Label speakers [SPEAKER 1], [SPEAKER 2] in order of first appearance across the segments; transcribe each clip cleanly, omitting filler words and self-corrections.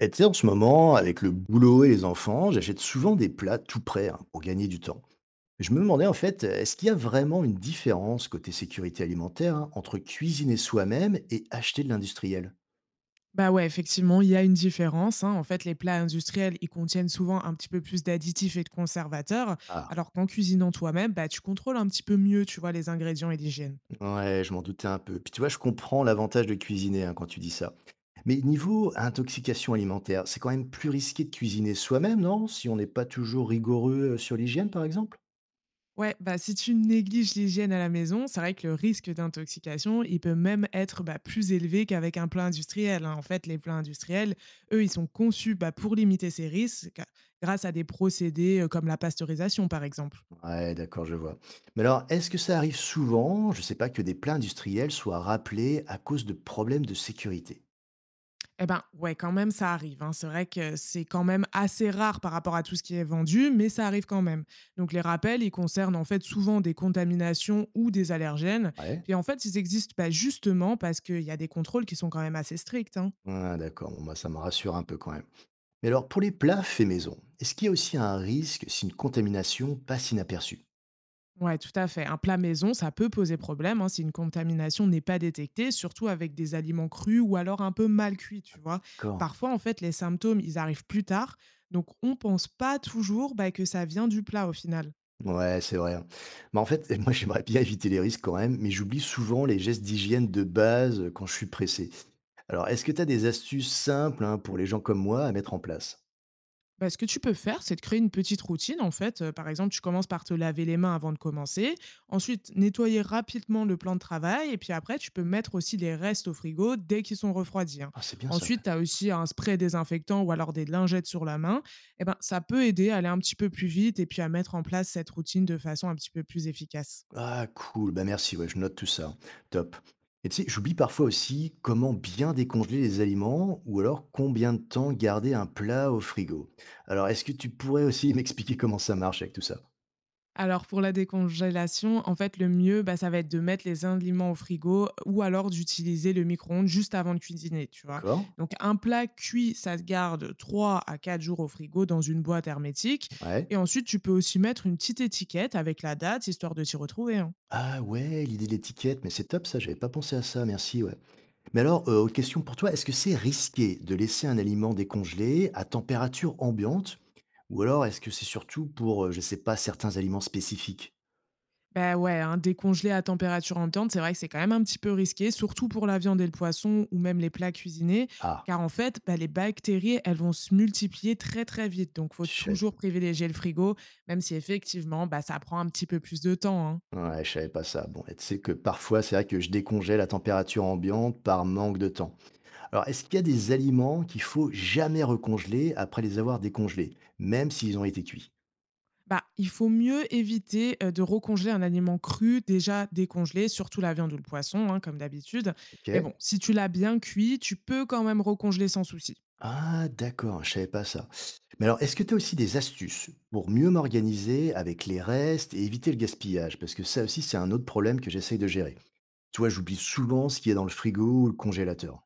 [SPEAKER 1] Et tu sais, en ce moment, avec le boulot et les enfants, j'achète souvent des plats tout prêts hein, pour gagner du temps. Je me demandais est-ce qu'il y a vraiment une différence côté sécurité alimentaire hein, entre cuisiner soi-même et acheter de l'industriel?
[SPEAKER 2] Bah, ouais, effectivement, il y a une différence, hein. En fait, les plats industriels, ils contiennent souvent un petit peu plus d'additifs et de conservateurs,
[SPEAKER 1] Ah,
[SPEAKER 2] alors qu'en cuisinant toi-même, bah, tu contrôles un petit peu mieux, tu vois, les ingrédients et l'hygiène.
[SPEAKER 1] ouais, je m'en doutais un peu. Puis tu vois, je comprends l'avantage de cuisiner hein, quand tu dis ça. Mais niveau intoxication alimentaire, c'est quand même plus risqué de cuisiner soi-même, non? Si on n'est pas toujours rigoureux sur l'hygiène, par exemple?
[SPEAKER 2] Ouais, bah, si tu négliges l'hygiène à la maison, c'est vrai que le risque d'intoxication, il peut même être bah, plus élevé qu'avec un plat industriel, hein. En fait, les plats industriels, eux, ils sont conçus bah, pour limiter ces risques grâce à des procédés comme la pasteurisation, par exemple.
[SPEAKER 1] Ouais, d'accord, je vois. Mais alors, est-ce que ça arrive souvent, je sais pas, que des plats industriels soient rappelés à cause de problèmes de sécurité?
[SPEAKER 2] Eh ben, ouais, quand même, ça arrive, hein. C'est vrai que c'est quand même assez rare par rapport à tout ce qui est vendu, mais ça arrive quand même. Donc, les rappels, ils concernent en fait souvent des contaminations ou des allergènes.
[SPEAKER 1] Ouais.
[SPEAKER 2] Puis en fait, ils existent pas justement parce qu'il y a des contrôles qui sont quand même assez stricts, hein.
[SPEAKER 1] Ah, d'accord, bon, bah, ça me rassure un peu quand même. Mais alors, pour les plats faits maison, est-ce qu'il y a aussi un risque si une contamination passe inaperçue?
[SPEAKER 2] Ouais, tout à fait. Un plat maison, ça peut poser problème hein, si une contamination n'est pas détectée, surtout avec des aliments crus ou alors un peu mal cuits, tu vois.
[SPEAKER 1] D'accord.
[SPEAKER 2] Parfois, en fait, les symptômes, ils arrivent plus tard. Donc, on pense pas toujours bah, que ça vient du plat au final.
[SPEAKER 1] Ouais, c'est vrai. Hein. Mais en fait, moi, j'aimerais bien éviter les risques quand même, mais j'oublie souvent les gestes d'hygiène de base quand je suis pressé. Alors, est-ce que tu as des astuces simples, hein, pour les gens comme moi à mettre en place?
[SPEAKER 2] Bah, ce que tu peux faire, c'est de créer une petite routine. En fait, par exemple, tu commences par te laver les mains avant de commencer. Ensuite, nettoyer rapidement le plan de travail et puis après, tu peux mettre aussi les restes au frigo dès qu'ils sont refroidis, hein.
[SPEAKER 1] Ah, c'est bien ça.
[SPEAKER 2] Ensuite, tu as aussi un spray désinfectant ou alors des lingettes sur la main et ben, ça peut aider à aller un petit peu plus vite et puis à mettre en place cette routine de façon un petit peu plus efficace.
[SPEAKER 1] Ah cool, bah merci, ouais, je note tout ça. Top. Et tu sais, j'oublie parfois aussi comment bien décongeler les aliments ou alors combien de temps garder un plat au frigo. Alors, est-ce que tu pourrais aussi m'expliquer comment ça marche avec tout ça?
[SPEAKER 2] Alors pour la décongélation, en fait, le mieux, bah, ça va être de mettre les aliments au frigo ou alors d'utiliser le micro-ondes juste avant de cuisiner, tu vois.
[SPEAKER 1] D'accord?
[SPEAKER 2] Donc un plat cuit, ça se garde 3 à 4 jours au frigo dans une boîte hermétique.
[SPEAKER 1] Ouais.
[SPEAKER 2] Et ensuite, tu peux aussi mettre une petite étiquette avec la date, histoire de s'y retrouver, hein.
[SPEAKER 1] Ah ouais, l'idée de l'étiquette, mais c'est top ça, j'avais pas pensé à ça, merci, ouais. Mais alors, autre question pour toi, est-ce que c'est risqué de laisser un aliment décongelé à température ambiante ou alors est-ce que c'est surtout pour, je sais pas, certains aliments spécifiques?
[SPEAKER 2] Bah, ouais, hein, décongeler à température ambiante, c'est vrai que c'est quand même un petit peu risqué, surtout pour la viande et le poisson ou même les plats cuisinés,
[SPEAKER 1] Ah,
[SPEAKER 2] car en fait, bah, les bactéries, elles vont se multiplier très très vite. Donc, faut
[SPEAKER 1] je
[SPEAKER 2] toujours privilégier le frigo, même si effectivement, bah, ça prend un petit peu plus de temps, hein.
[SPEAKER 1] ouais, je savais pas ça. Bon, et tu sais que parfois, c'est vrai que je décongèle à température ambiante par manque de temps. Alors, est-ce qu'il y a des aliments qu'il faut jamais recongeler après les avoir décongelés, même s'ils ont été cuits?
[SPEAKER 2] Bah, il faut mieux éviter de recongeler un aliment cru déjà décongelé, surtout la viande ou le poisson, hein, comme d'habitude.
[SPEAKER 1] Ok.
[SPEAKER 2] Mais bon, si tu l'as bien cuit, tu peux quand même recongeler sans souci.
[SPEAKER 1] Ah, d'accord, je savais pas ça. Mais alors, est-ce que tu as aussi des astuces pour mieux m'organiser avec les restes et éviter le gaspillage? Parce que ça aussi, c'est un autre problème que j'essaye de gérer. Tu vois, j'oublie souvent ce qui est dans le frigo ou le congélateur.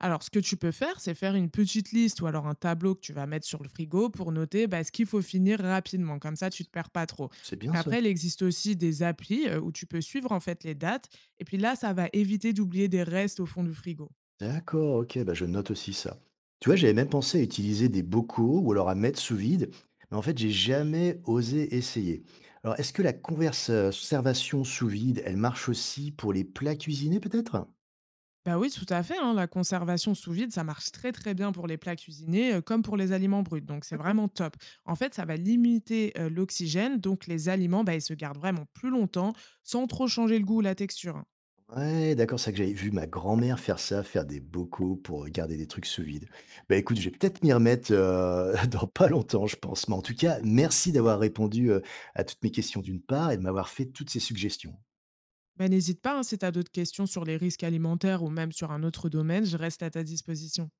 [SPEAKER 2] Alors, ce que tu peux faire, c'est faire une petite liste ou alors un tableau que tu vas mettre sur le frigo pour noter bah, ce qu'il faut finir rapidement. Comme ça, tu te perds pas trop.
[SPEAKER 1] C'est bien ça.
[SPEAKER 2] Après, il existe aussi des applis où tu peux suivre en fait les dates. Et puis là, ça va éviter d'oublier des restes au fond du frigo.
[SPEAKER 1] D'accord, ok, bah je note aussi ça. Tu vois, j'avais même pensé à utiliser des bocaux ou alors à mettre sous vide, mais en fait, j'ai jamais osé essayer. Alors, est-ce que la conservation sous vide, elle marche aussi pour les plats cuisinés, peut-être?
[SPEAKER 2] Bah oui, tout à fait, hein, la conservation sous vide, ça marche très très bien pour les plats cuisinés comme pour les aliments bruts. Donc c'est
[SPEAKER 1] D'accord.
[SPEAKER 2] vraiment top. En fait, ça va limiter l'oxygène, donc les aliments, bah, ils se gardent vraiment plus longtemps sans trop changer le goût ou la texture, hein.
[SPEAKER 1] Ouais, d'accord, c'est vrai que j'avais vu ma grand-mère faire ça, faire des bocaux pour garder des trucs sous vide. Bah écoute, je vais peut-être m'y remettre dans pas longtemps, je pense. Mais en tout cas, merci d'avoir répondu à toutes mes questions d'une part et de m'avoir fait toutes ces suggestions.
[SPEAKER 2] Bah, n'hésite pas, hein, si tu as d'autres questions sur les risques alimentaires ou même sur un autre domaine, je reste à ta disposition.